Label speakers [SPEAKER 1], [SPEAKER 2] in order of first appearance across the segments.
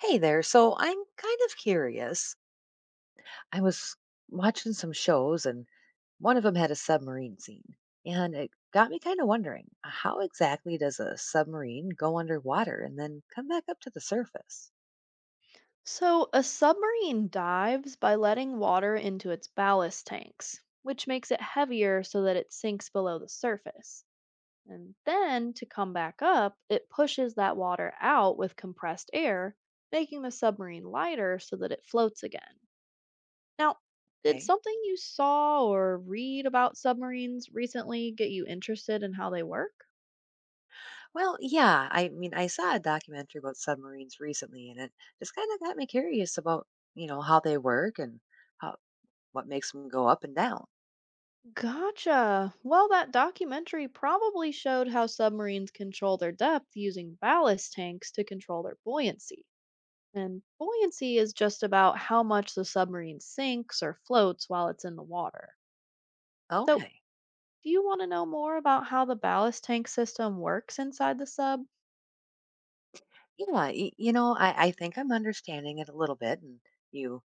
[SPEAKER 1] Hey there. So I'm kind of curious. I was watching some shows and one of them had a submarine scene. And it got me kind of wondering, how exactly does a submarine go underwater and then come back up to the surface?
[SPEAKER 2] So, a submarine dives by letting water into its ballast tanks, which makes it heavier so that it sinks below the surface. And then, to come back up, it pushes that water out with compressed air, making the submarine lighter so that it floats again. Now, did
[SPEAKER 1] Okay.
[SPEAKER 2] something you saw or read about submarines recently get you interested in how they work?
[SPEAKER 1] Well, yeah. I saw a documentary about submarines recently and it just kind of got me curious about, how they work and how, what makes them go up and down.
[SPEAKER 2] Gotcha. Well, that documentary probably showed how submarines control their depth using ballast tanks to control their buoyancy. And buoyancy is just about how much the submarine sinks or floats while it's in the water. So,
[SPEAKER 1] Okay.
[SPEAKER 2] do you want to know more about how the ballast tank system works inside the sub?
[SPEAKER 1] Yeah. I think I'm understanding it a little bit and you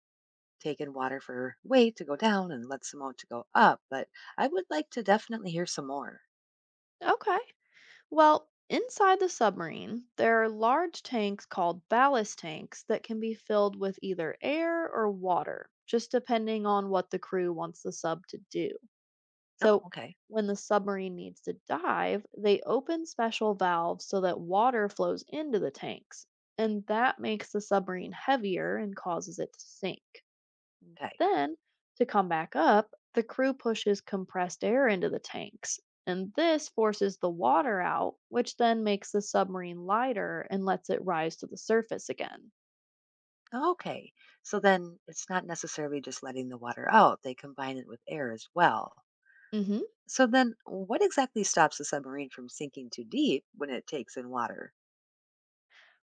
[SPEAKER 1] taken water for weight to go down and let some out to go up, but I would like to definitely hear some more.
[SPEAKER 2] Okay. Well, inside the submarine, there are large tanks called ballast tanks that can be filled with either air or water, just depending on what the crew wants the sub to do.
[SPEAKER 1] Oh,
[SPEAKER 2] So,
[SPEAKER 1] okay.
[SPEAKER 2] when the submarine needs to dive, they open special valves so that water flows into the tanks, and that makes the submarine heavier and causes it to sink.
[SPEAKER 1] Okay.
[SPEAKER 2] Then, to come back up, the crew pushes compressed air into the tanks, and this forces the water out, which then makes the submarine lighter and lets it rise to the surface again.
[SPEAKER 1] Okay. So then it's not necessarily just letting the water out, they combine it with air as well.
[SPEAKER 2] Hmm.
[SPEAKER 1] So then what exactly stops a submarine from sinking too deep when it takes in water?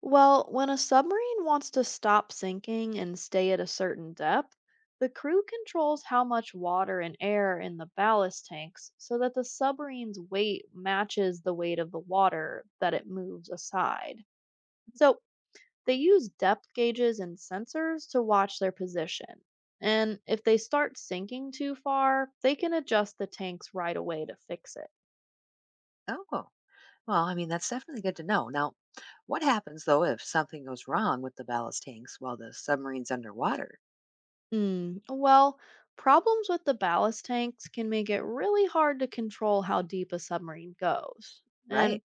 [SPEAKER 2] Well, when a submarine wants to stop sinking and stay at a certain depth, the crew controls how much water and air in the ballast tanks so that the submarine's weight matches the weight of the water that it moves aside. So, they use depth gauges and sensors to watch their position. And if they start sinking too far, they can adjust the tanks right away to fix it.
[SPEAKER 1] Oh. Well, that's definitely good to know. Now, what happens though if something goes wrong with the ballast tanks while the submarine's underwater?
[SPEAKER 2] Well, problems with the ballast tanks can make it really hard to control how deep a submarine goes.
[SPEAKER 1] Right.
[SPEAKER 2] And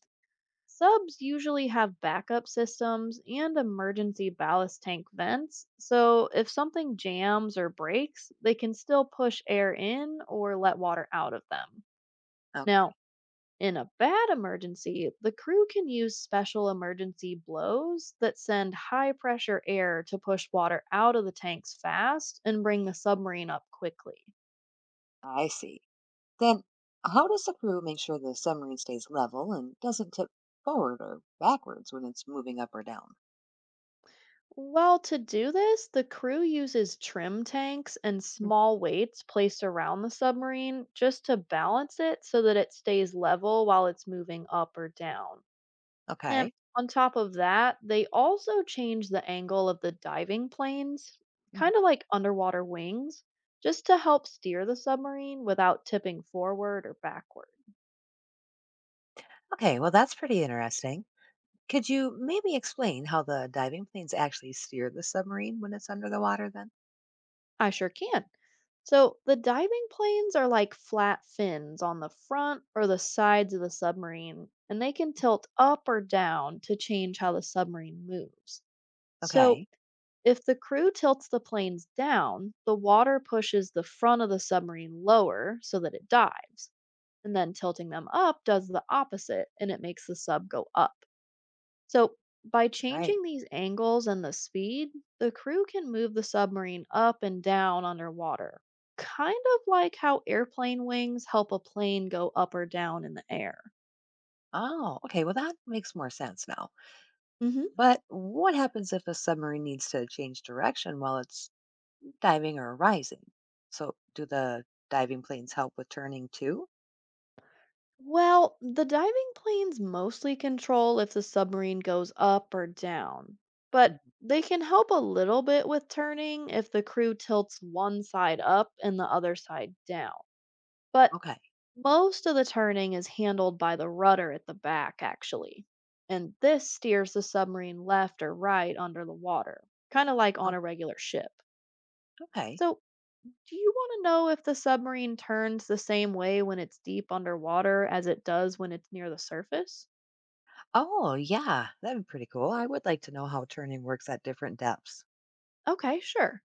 [SPEAKER 2] subs usually have backup systems and emergency ballast tank vents, so if something jams or breaks, they can still push air in or let water out of them.
[SPEAKER 1] Okay.
[SPEAKER 2] Now, in a bad emergency, the crew can use special emergency blows that send high pressure air to push water out of the tanks fast and bring the submarine up quickly.
[SPEAKER 1] I see. Then, how does the crew make sure the submarine stays level and doesn't tip forward or backwards when it's moving up or down?
[SPEAKER 2] Well, to do this, the crew uses trim tanks and small weights placed around the submarine just to balance it so that it stays level while it's moving up or down. And
[SPEAKER 1] Okay.
[SPEAKER 2] on top of that, they also change the angle of the diving planes,
[SPEAKER 1] Mhm.
[SPEAKER 2] kind of like underwater wings, just to help steer the submarine without tipping forward or backward.
[SPEAKER 1] Okay, well, that's pretty interesting. Could you maybe explain how the diving planes actually steer the submarine when it's under the water then?
[SPEAKER 2] I sure can. So the diving planes are like flat fins on the front or the sides of the submarine, and they can tilt up or down to change how the submarine moves. So,
[SPEAKER 1] Okay.
[SPEAKER 2] if the crew tilts the planes down, the water pushes the front of the submarine lower so that it dives. And then tilting them up does the opposite and it makes the sub go up. So, by
[SPEAKER 1] Right.
[SPEAKER 2] changing these angles and the speed, the crew can move the submarine up and down underwater, kind of like how airplane wings help a plane go up or down in the air.
[SPEAKER 1] Oh, okay, well, that makes more sense now.
[SPEAKER 2] Mhm.
[SPEAKER 1] But what happens if a submarine needs to change direction while it's diving or rising? So, do the diving planes help with turning too?
[SPEAKER 2] Well, the diving planes mostly control if the submarine goes up or down, but
[SPEAKER 1] Mhm.
[SPEAKER 2] they can help a little bit with turning if the crew tilts one side up and the other side down. But
[SPEAKER 1] Okay.
[SPEAKER 2] most of the turning is handled by the rudder at the back, actually. And this steers the submarine left or right under the water, kind of like on
[SPEAKER 1] Oh.
[SPEAKER 2] a regular ship.
[SPEAKER 1] Okay.
[SPEAKER 2] So, do you want to know if the submarine turns the same way when it's deep underwater as it does when it's near the surface?
[SPEAKER 1] Oh, yeah, that'd be pretty cool. I would like to know how turning works at different depths.
[SPEAKER 2] Okay, sure.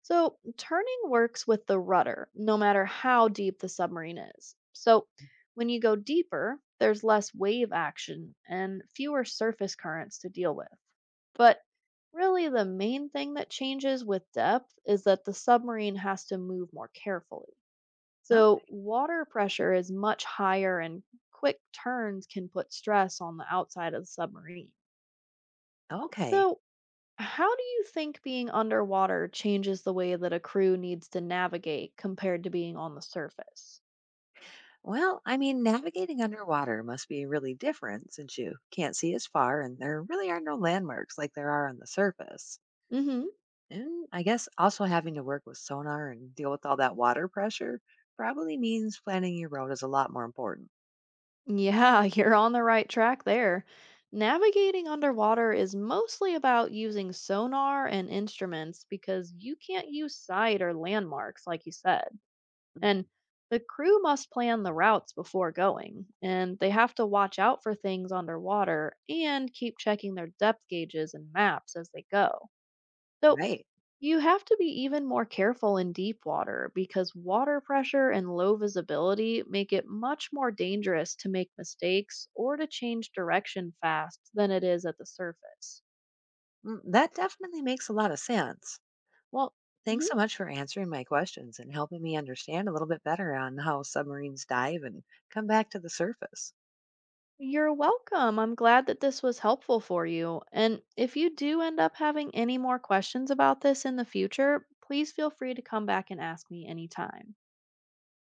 [SPEAKER 2] So, turning works with the rudder, no matter how deep the submarine is. So, when you go deeper, there's less wave action and fewer surface currents to deal with. But really, the main thing that changes with depth is that the submarine has to move more carefully.
[SPEAKER 1] Oh,
[SPEAKER 2] So, water pressure is much higher, and quick turns can put stress on the outside of the submarine.
[SPEAKER 1] okay.
[SPEAKER 2] So, how do you think being underwater changes the way that a crew needs to navigate compared to being on the surface?
[SPEAKER 1] Well, navigating underwater must be really different since you can't see as far and there really are no landmarks like there are on the surface.
[SPEAKER 2] Hmm.
[SPEAKER 1] And I guess also having to work with sonar and deal with all that water pressure probably means planning your route is a lot more important.
[SPEAKER 2] Yeah, you're on the right track there. Navigating underwater is mostly about using sonar and instruments because you can't use sight or landmarks, like you said.
[SPEAKER 1] Mm.
[SPEAKER 2] And the crew must plan the routes before going, and they have to watch out for things underwater and keep checking their depth gauges and maps as they go. So
[SPEAKER 1] Right.
[SPEAKER 2] you have to be even more careful in deep water because water pressure and low visibility make it much more dangerous to make mistakes or to change direction fast than it is at the surface.
[SPEAKER 1] Mm, that definitely makes a lot of sense. Well, thanks so much for answering my questions and helping me understand a little bit better on how submarines dive and come back to the surface.
[SPEAKER 2] You're welcome. I'm glad that this was helpful for you. And if you do end up having any more questions about this in the future, please feel free to come back and ask me anytime.